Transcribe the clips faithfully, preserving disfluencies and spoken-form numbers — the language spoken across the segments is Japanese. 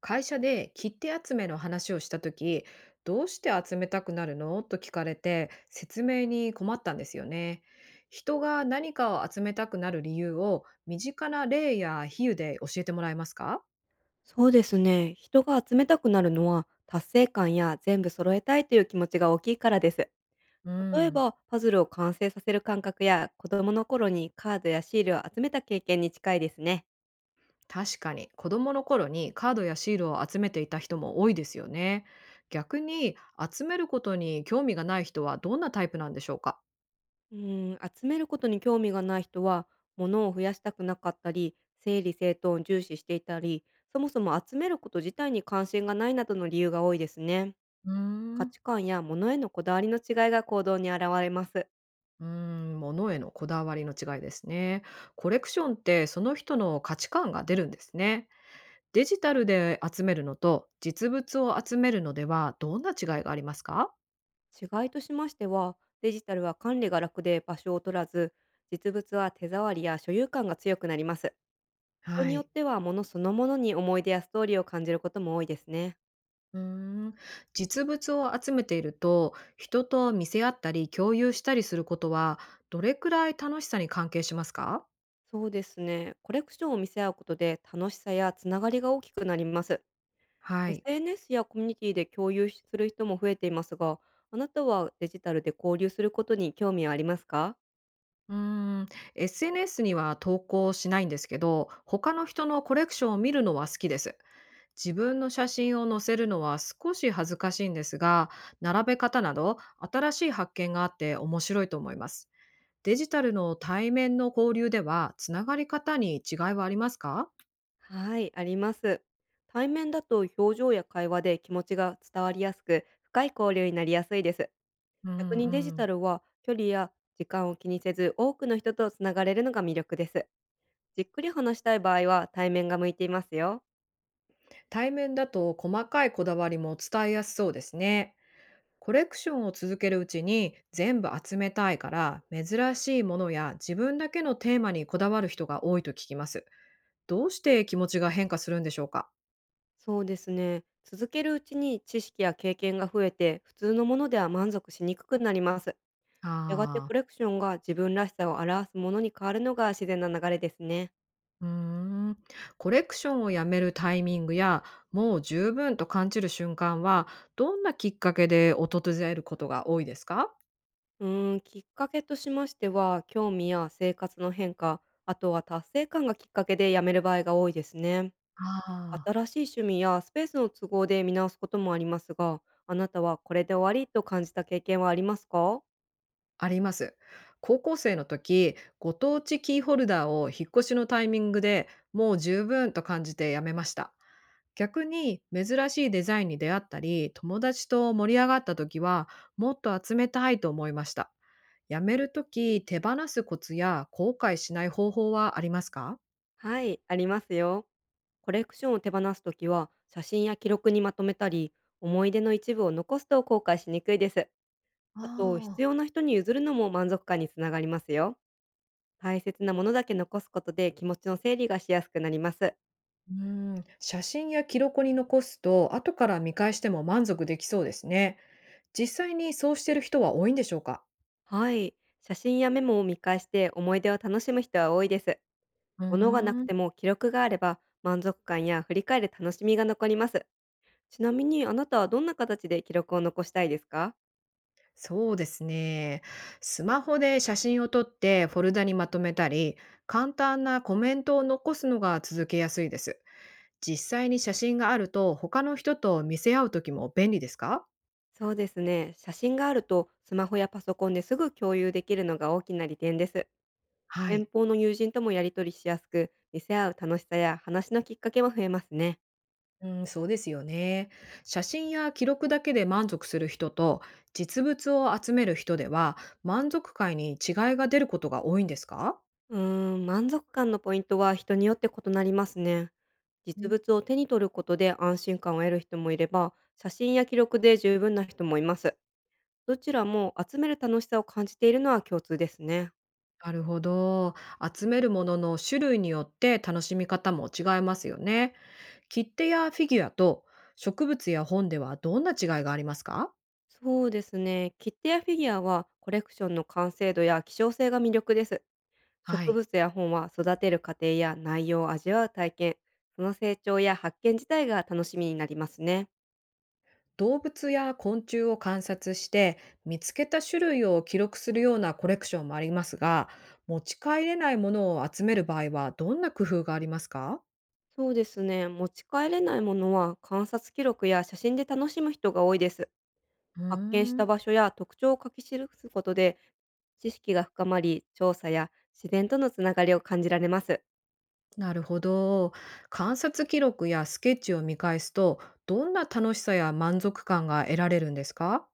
会社で切手集めの話をした時、どうして集めたくなるのと聞かれて説明に困ったんですよね。人が何かを集めたくなる理由を身近な例や比喩で教えてもらえますか？そうですね。人が集めたくなるのは、達成感や全部揃えたいという気持ちが大きいからです。う例えん。ば、パズルを完成させる感覚や、子供の頃にカードやシールを集めた経験に近いですね。確かに子供の頃にカードやシールを集めていた人も多いですよね。逆に、集めることに興味がない人はどんなタイプなんでしょうか？うん、集めることに興味がない人は、物を増やしたくなかったり、整理整頓を重視していたり、そもそも集めること自体に関心がないなどの理由が多いですね。うー価ん値観や物へのこだわりの違いが行動に現れます。うーん、物へのこだわりの違いですね。コレクションってその人の価値観が出るんですね。デジタルで集めるのと実物を集めるのではどんな違いがありますか？違いとしましては、デジタルは管理が楽で場所を取らず、実物は手触りや所有感が強くなります。人はによっい。ては物そのものに思い出やストーリーを感じることも多いですね。うーん、実物を集めていると人と見せ合ったり共有したりすることはどれくらい楽しさに関係しますか？そうですね。コレクションを見せ合うことで楽しさやつながりが大きくなります。はい。エスエヌエス やコミュニティで共有する人も増えていますが、あなたはデジタルで交流することに興味はありますか？うーん、エスエヌエス には投稿しないんですけど他の人のコレクションを見るのは好きです。自分の写真を載せるのは少し恥ずかしいんですが、並べ方など新しい発見があって面白いと思います。デジタルの対面の交流では、つながり方に違いはありますか？はい、あります。対面だと表情や会話で気持ちが伝わりやすく、深い交流になりやすいです。う逆にデジんうタん。ルは距離や時間を気にせず多くの人とつながれるのが魅力です。じっくり話したい場合は対面が向いていますよ。対面だと細かいこだわりも伝えやすそうですね。コレクションを続けるうちに全部集めたいから珍しいものや自分だけのテーマにこだわる人が多いと聞きます。どうして気持ちが変化するんでしょうか？そうですね。続けるうちに知識や経験が増えて普通のものでは満足しにくくなります。やがてあコあー。レクションが自分らしさを表すものに変わるのが自然な流れですね。うーん。コレクションをやめるタイミングや、もう十分と感じる瞬間は、どんなきっかけで訪れることが多いですか？うーん、きっかけとしましては興味や生活の変化、あとは達成感がきっかけでやめる場合が多いですね。ああ、新しい趣味やスペースの都合で見直すこともありますが、あなたはこれで終わりと感じた経験はありますか？あります。高校生の時、ご当地キーホルダーを引っ越しのタイミングでもう十分と感じてやめました。逆に珍しいデザインに出会ったり、友達と盛り上がった時は、もっと集めたいと思いました。やめる時、手放すコツや後悔しない方法はありますか？はい、ありますよ。コレクションを手放すときは、写真や記録にまとめたり、思い出の一部を残すと後悔しにくいです。ああと、必あ。要な人に譲るのも満足感につながりますよ。大切なものだけ残すことで気持ちの整理がしやすくなります。うん、写真や記録に残すと、後から見返しても満足できそうですね。実際にそうしてる人は多いんでしょうか？はい、写真やメモを見返して思い出を楽しむ人は多いです。う物がなくーん。ても記録があれば満足感や振り返る楽しみが残ります。ちなみにあなたはどんな形で記録を残したいですか？そうですね。スマホで写真を撮ってフォルダにまとめたり、簡単なコメントを残すのが続けやすいです。実際に写真があると、他の人と見せ合う時も便利ですか？そうですね。写真があるとスマホやパソコンですぐ共有できるのが大きな利点です。は遠い。方の友人ともやり取りしやすく、見せ合う楽しさや話のきっかけも増えますね。うん、そうですよね。写真や記録だけで満足する人と実物を集める人では満足感に違いが出ることが多いんですか？うーん、満足感のポイントは人によって異なりますね。う実ん。物を手に取ることで安心感を得る人もいれば、写真や記録で十分な人もいます。どちらも集める楽しさを感じているのは共通ですね。なるほど。集めるものの種類によって楽しみ方も違いますよね。切手やフィギュアと植物や本ではどんな違いがありますか？そうですね。切手やフィギュアはコレクションの完成度や希少性が魅力です。は植い。物や本は育てる過程や内容を味わう体験、その成長や発見自体が楽しみになりますね。動物や昆虫を観察して見つけた種類を記録するようなコレクションもありますが、持ち帰れないものを集める場合はどんな工夫がありますか？そうですね。持ち帰れないものは観察記録や写真で楽しむ人が多いです。うー発見したん、場所や特徴を書き記すことで知識が深まり、調査や自然とのつながりを感じられます。なるほど。観察記録やスケッチを見返すと、どんな楽しさや満足感が得られるんですか？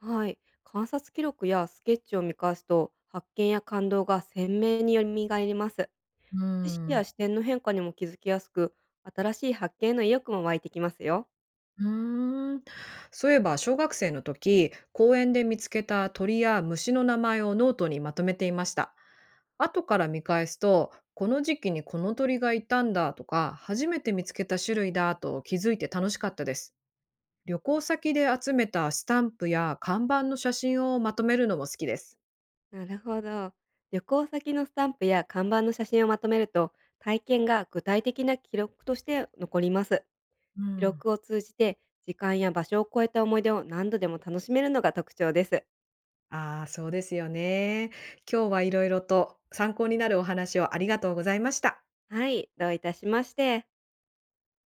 はい、観察記録やスケッチを見返すと発見や感動が鮮明によみがえります。うー知識やん。視点の変化にも気づきやすく、新しい発見への意欲も湧いてきますよ。うーん。そういえば小学生の時、公園で見つけた鳥や虫の名前をノートにまとめていました。後から見返すと、この時期にこの鳥がいたんだとか、初めて見つけた種類だと気づいて楽しかったです。旅行先で集めたスタンプや看板の写真をまとめるのも好きです。なるほど。旅行先のスタンプや看板の写真をまとめると体験が具体的な記録として残ります。う記ん。録を通じて時間や場所を超えた思い出を何度でも楽しめるのが特徴です。ああ、そうですよね。今日はいろいろと参考になるお話をありがとうございました。はい、どういたしまして。